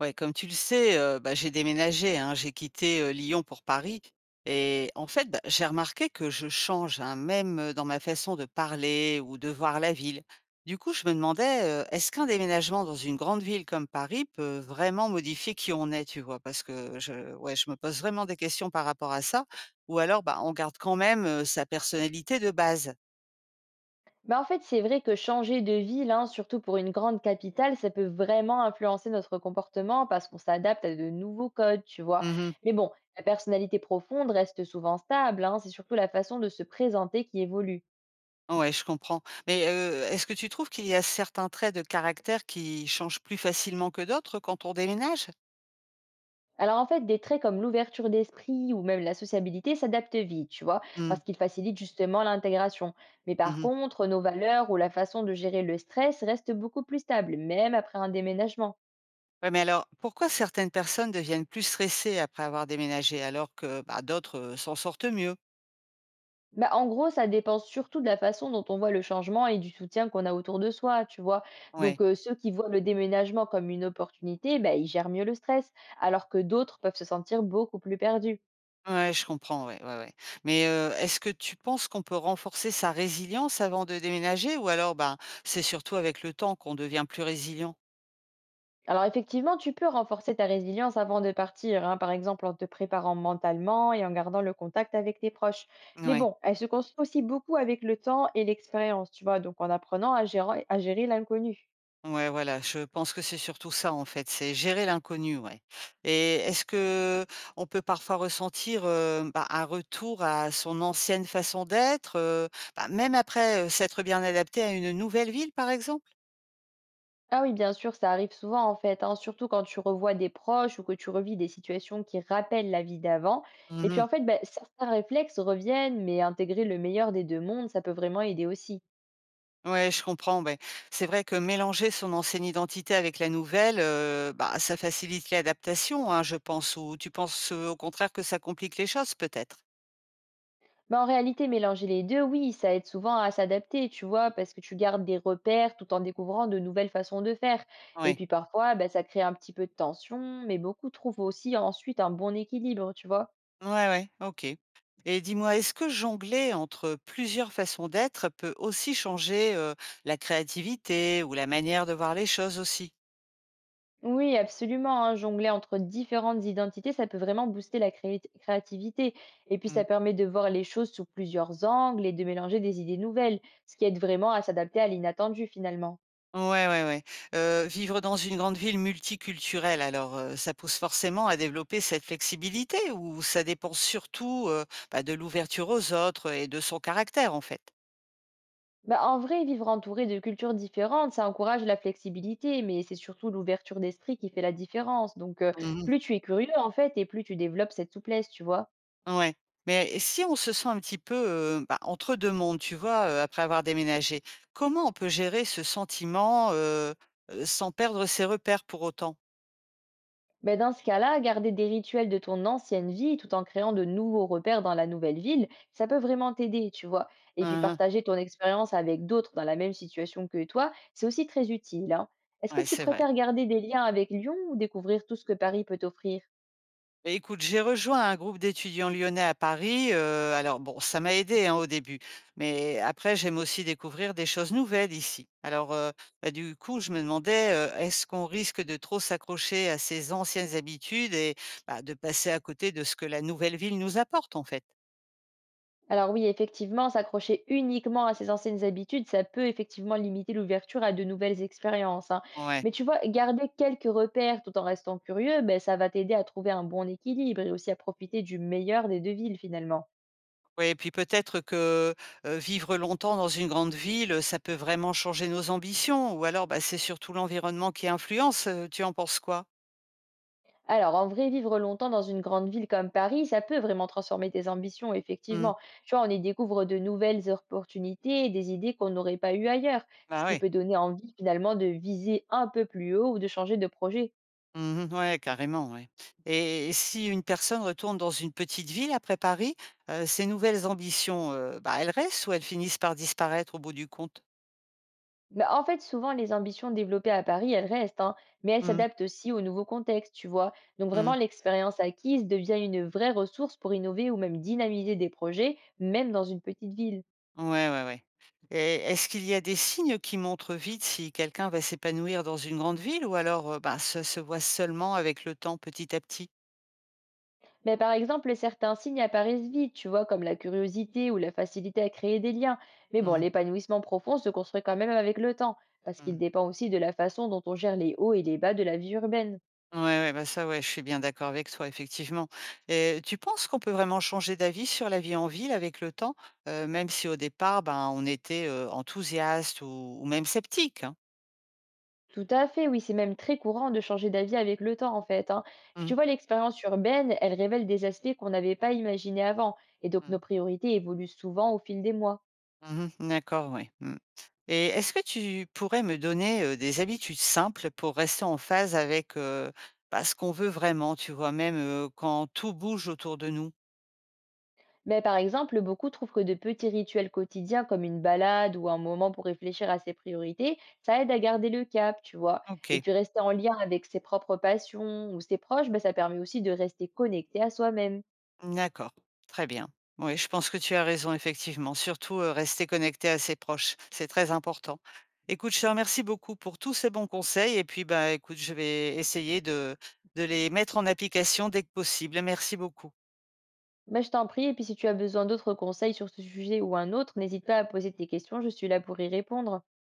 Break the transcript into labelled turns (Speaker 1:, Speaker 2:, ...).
Speaker 1: Ouais, comme tu le sais, bah, j'ai déménagé, hein. J'ai quitté, Lyon pour Paris et en fait, bah, j'ai remarqué que je change, hein, même, dans ma façon de parler ou de voir la ville. Du coup, je me demandais, est-ce qu'un déménagement dans une grande ville comme Paris peut vraiment modifier qui on est, tu vois? Parce que je ouais, je me pose vraiment des questions par rapport à ça ou alors, bah, on garde quand même, sa personnalité de base.
Speaker 2: Bah, en fait, c'est vrai que changer de ville, hein, surtout pour une grande capitale, ça peut vraiment influencer notre comportement parce qu'on s'adapte à de nouveaux codes, tu vois. Mais bon, la personnalité profonde reste souvent stable, hein, c'est surtout la façon de se présenter qui évolue.
Speaker 1: Ouais, je comprends. Mais, est-ce que tu trouves qu'il y a certains traits de caractère qui changent plus facilement que d'autres quand on déménage?
Speaker 2: Alors en fait, des traits comme l'ouverture d'esprit ou même la sociabilité s'adaptent vite, tu vois,
Speaker 1: Mmh.
Speaker 2: parce qu'ils facilitent justement l'intégration. Mais par
Speaker 1: Mmh
Speaker 2: contre, nos valeurs ou la façon de gérer le stress restent beaucoup plus stables, même après un déménagement.
Speaker 1: Ouais, mais alors, pourquoi certaines personnes deviennent plus stressées après avoir déménagé alors que, bah, d'autres, s'en sortent mieux?
Speaker 2: Bah, en gros, ça dépend surtout de la façon dont on voit le changement et du soutien qu'on a autour de soi, tu vois?
Speaker 1: Ouais.
Speaker 2: Donc, ceux qui voient le déménagement comme une opportunité, bah, ils gèrent mieux le stress, alors que d'autres peuvent se sentir beaucoup plus perdus.
Speaker 1: Ouais, je comprends, ouais, ouais, ouais. Mais, est-ce que tu penses qu'on peut renforcer sa résilience avant de déménager ou alors, ben, c'est surtout avec le temps qu'on devient plus résilient?
Speaker 2: Alors effectivement, tu peux renforcer ta résilience avant de partir, hein, par exemple en te préparant mentalement et en gardant le contact avec tes proches. Mais
Speaker 1: Ouais.
Speaker 2: bon, elle se construit aussi beaucoup avec le temps et l'expérience, tu vois? Donc en apprenant à gérer l'inconnu.
Speaker 1: Ouais, voilà, je pense que c'est surtout ça en fait, c'est gérer l'inconnu, ouais. Et est-ce que on peut parfois ressentir bah, un retour à son ancienne façon d'être, bah, même après s'être bien adapté à une nouvelle ville, par exemple?
Speaker 2: Ah oui, bien sûr, ça arrive souvent en fait, hein, surtout quand tu revois des proches ou que tu revis des situations qui rappellent la vie d'avant. Et puis
Speaker 1: Mhm.
Speaker 2: en fait, bah, certains réflexes reviennent, mais intégrer le meilleur des deux mondes, ça peut vraiment aider aussi.
Speaker 1: Ouais, je comprends, ouais. C'est vrai que mélanger son ancienne identité avec la nouvelle, bah, ça facilite l'adaptation, hein, je pense. Ou tu penses au contraire que ça complique les choses, peut-être?
Speaker 2: Bah, en réalité, mélanger les deux, oui, ça aide souvent à s'adapter, tu vois, parce que tu gardes des repères tout en découvrant de nouvelles façons de faire. Et
Speaker 1: Oui.
Speaker 2: puis parfois, bah, ça crée un petit peu de tension, mais beaucoup trouvent aussi ensuite un bon équilibre, tu vois.
Speaker 1: Ouais, ouais, OK. Et dis-moi, est-ce que jongler entre plusieurs façons d'être peut aussi changer, la créativité ou la manière de voir les choses aussi?
Speaker 2: Oui, absolument, hein. Jongler entre différentes identités, ça peut vraiment booster la créativité. Et puis, ça
Speaker 1: Mmh.
Speaker 2: permet de voir les choses sous plusieurs angles et de mélanger des idées nouvelles, ce qui aide vraiment à s'adapter à l'inattendu finalement.
Speaker 1: Ouais, ouais, ouais. Vivre dans une grande ville multiculturelle alors, ça pousse forcément à développer cette flexibilité ou ça dépend surtout, bah, de l'ouverture aux autres et de son caractère en fait?
Speaker 2: Bah, en vrai, vivre entouré de cultures différentes, ça encourage la flexibilité, mais c'est surtout l'ouverture d'esprit qui fait la différence. Donc, plus tu es curieux en fait, et plus tu développes cette souplesse, tu vois.
Speaker 1: Ouais, mais si on se sent un petit peu, bah, entre 2 mondes, tu vois, après avoir déménagé, comment on peut gérer ce sentiment, sans perdre ses repères pour autant?
Speaker 2: Ben, dans ce cas-là, garder des rituels de ton ancienne vie tout en créant de nouveaux repères dans la nouvelle ville, ça peut vraiment t'aider, tu vois. Et puis
Speaker 1: Hein, hein.
Speaker 2: partager ton expérience avec d'autres dans la même situation que toi, c'est aussi très utile, hein. Est-ce que
Speaker 1: Ouais,
Speaker 2: tu
Speaker 1: c'est vrai.
Speaker 2: préfères garder des liens avec Lyon ou découvrir tout ce que Paris peut t'offrir?
Speaker 1: Beh, écoute, j'ai rejoint un groupe d'étudiants lyonnais à Paris, alors bon, ça m'a aidé hein, au début, mais après j'aime aussi découvrir des choses nouvelles ici. Alors, bah, du coup, je me demandais, est-ce qu'on risque de trop s'accrocher à ses anciennes habitudes et bah, de passer à côté de ce que la nouvelle ville nous apporte, en fait?
Speaker 2: Alors oui, effectivement, s'accrocher uniquement à ses anciennes habitudes, ça peut effectivement limiter l'ouverture à de nouvelles expériences, hein.
Speaker 1: Ouais.
Speaker 2: Mais tu vois, garder quelques repères tout en restant curieux, ben, ça va t'aider à trouver un bon équilibre et aussi à profiter du meilleur des deux villes finalement.
Speaker 1: Ouais et puis peut-être que, vivre longtemps dans une grande ville, ça peut vraiment changer nos ambitions ou alors, bah, c'est surtout l'environnement qui influence, tu en penses quoi?
Speaker 2: Alors en vrai, vivre longtemps dans une grande ville comme Paris, ça peut vraiment transformer tes ambitions,
Speaker 1: Mmh.
Speaker 2: effectivement. Tu vois, on y découvre de nouvelles opportunités, des idées qu'on n'aurait pas eues ailleurs, ce
Speaker 1: Bah,
Speaker 2: qui
Speaker 1: oui.
Speaker 2: peut donner envie finalement de viser un peu plus haut ou de changer de projet.
Speaker 1: Mmh. Ouais, carrément, ouais, et si une personne retourne dans une petite ville après Paris, ses nouvelles ambitions, bah, elles restent ou elles finissent par disparaître au bout du compte?
Speaker 2: Bah, en fait, souvent, les ambitions développées à Paris, elles restent, hein, mais elles
Speaker 1: Mmh.
Speaker 2: s'adaptent aussi au nouveau contexte, tu vois. Donc vraiment,
Speaker 1: Mmh.
Speaker 2: l'expérience acquise devient une vraie ressource pour innover ou même dynamiser des projets, même dans une petite ville.
Speaker 1: Ouais, ouais, ouais. Et est-ce qu'il y a des signes qui montrent vite si quelqu'un va s'épanouir dans une grande ville ou alors, bah, ça se voit seulement avec le temps, petit à petit?
Speaker 2: Mais par exemple, certains signes apparaissent vite, tu vois, comme la curiosité ou la facilité à créer des liens. Mais bon,
Speaker 1: Mmh.
Speaker 2: l'épanouissement profond se construit quand même avec le temps, parce qu'il
Speaker 1: mh.
Speaker 2: dépend aussi de la façon dont on gère les hauts et les bas de la vie urbaine.
Speaker 1: Ouais, ouais, bah, ça, ouais, je suis bien d'accord avec toi, effectivement. Et tu penses qu'on peut vraiment changer d'avis sur la vie en ville avec le temps, même si au départ, ben, on était, enthousiaste ou même sceptique, hein?
Speaker 2: Tout à fait, oui, c'est même très courant de changer d'avis avec le temps, en fait, hein. Puis tu
Speaker 1: Mmh.
Speaker 2: vois, l'expérience urbaine, elle révèle des aspects qu'on n'avait pas imaginés avant, et donc nos priorités évoluent souvent au fil des mois.
Speaker 1: Mmh D'accord, oui. Mmh. Et est-ce que tu pourrais me donner, des habitudes simples pour rester en phase avec, bah, ce qu'on veut vraiment, tu vois? Même, quand tout bouge autour de nous.
Speaker 2: Mais par exemple, beaucoup trouvent que de petits rituels quotidiens comme une balade ou un moment pour réfléchir à ses priorités, ça aide à garder le cap, tu vois. Et
Speaker 1: OK.
Speaker 2: puis rester en lien avec ses propres passions ou ses proches, bah, ça permet aussi de rester connecté à soi-même.
Speaker 1: D'accord. Très bien. Oui, je pense que tu as raison effectivement. Surtout, rester connecté à ses proches. C'est très important. Écoute, je te remercie beaucoup pour tous ces bons conseils et puis, bah, écoute, je vais essayer de les mettre en application dès que possible. Merci beaucoup.
Speaker 2: Bah, je t'en prie, et puis si tu as besoin d'autres conseils sur ce sujet ou un autre, n'hésite pas à poser tes questions, je suis là pour y répondre.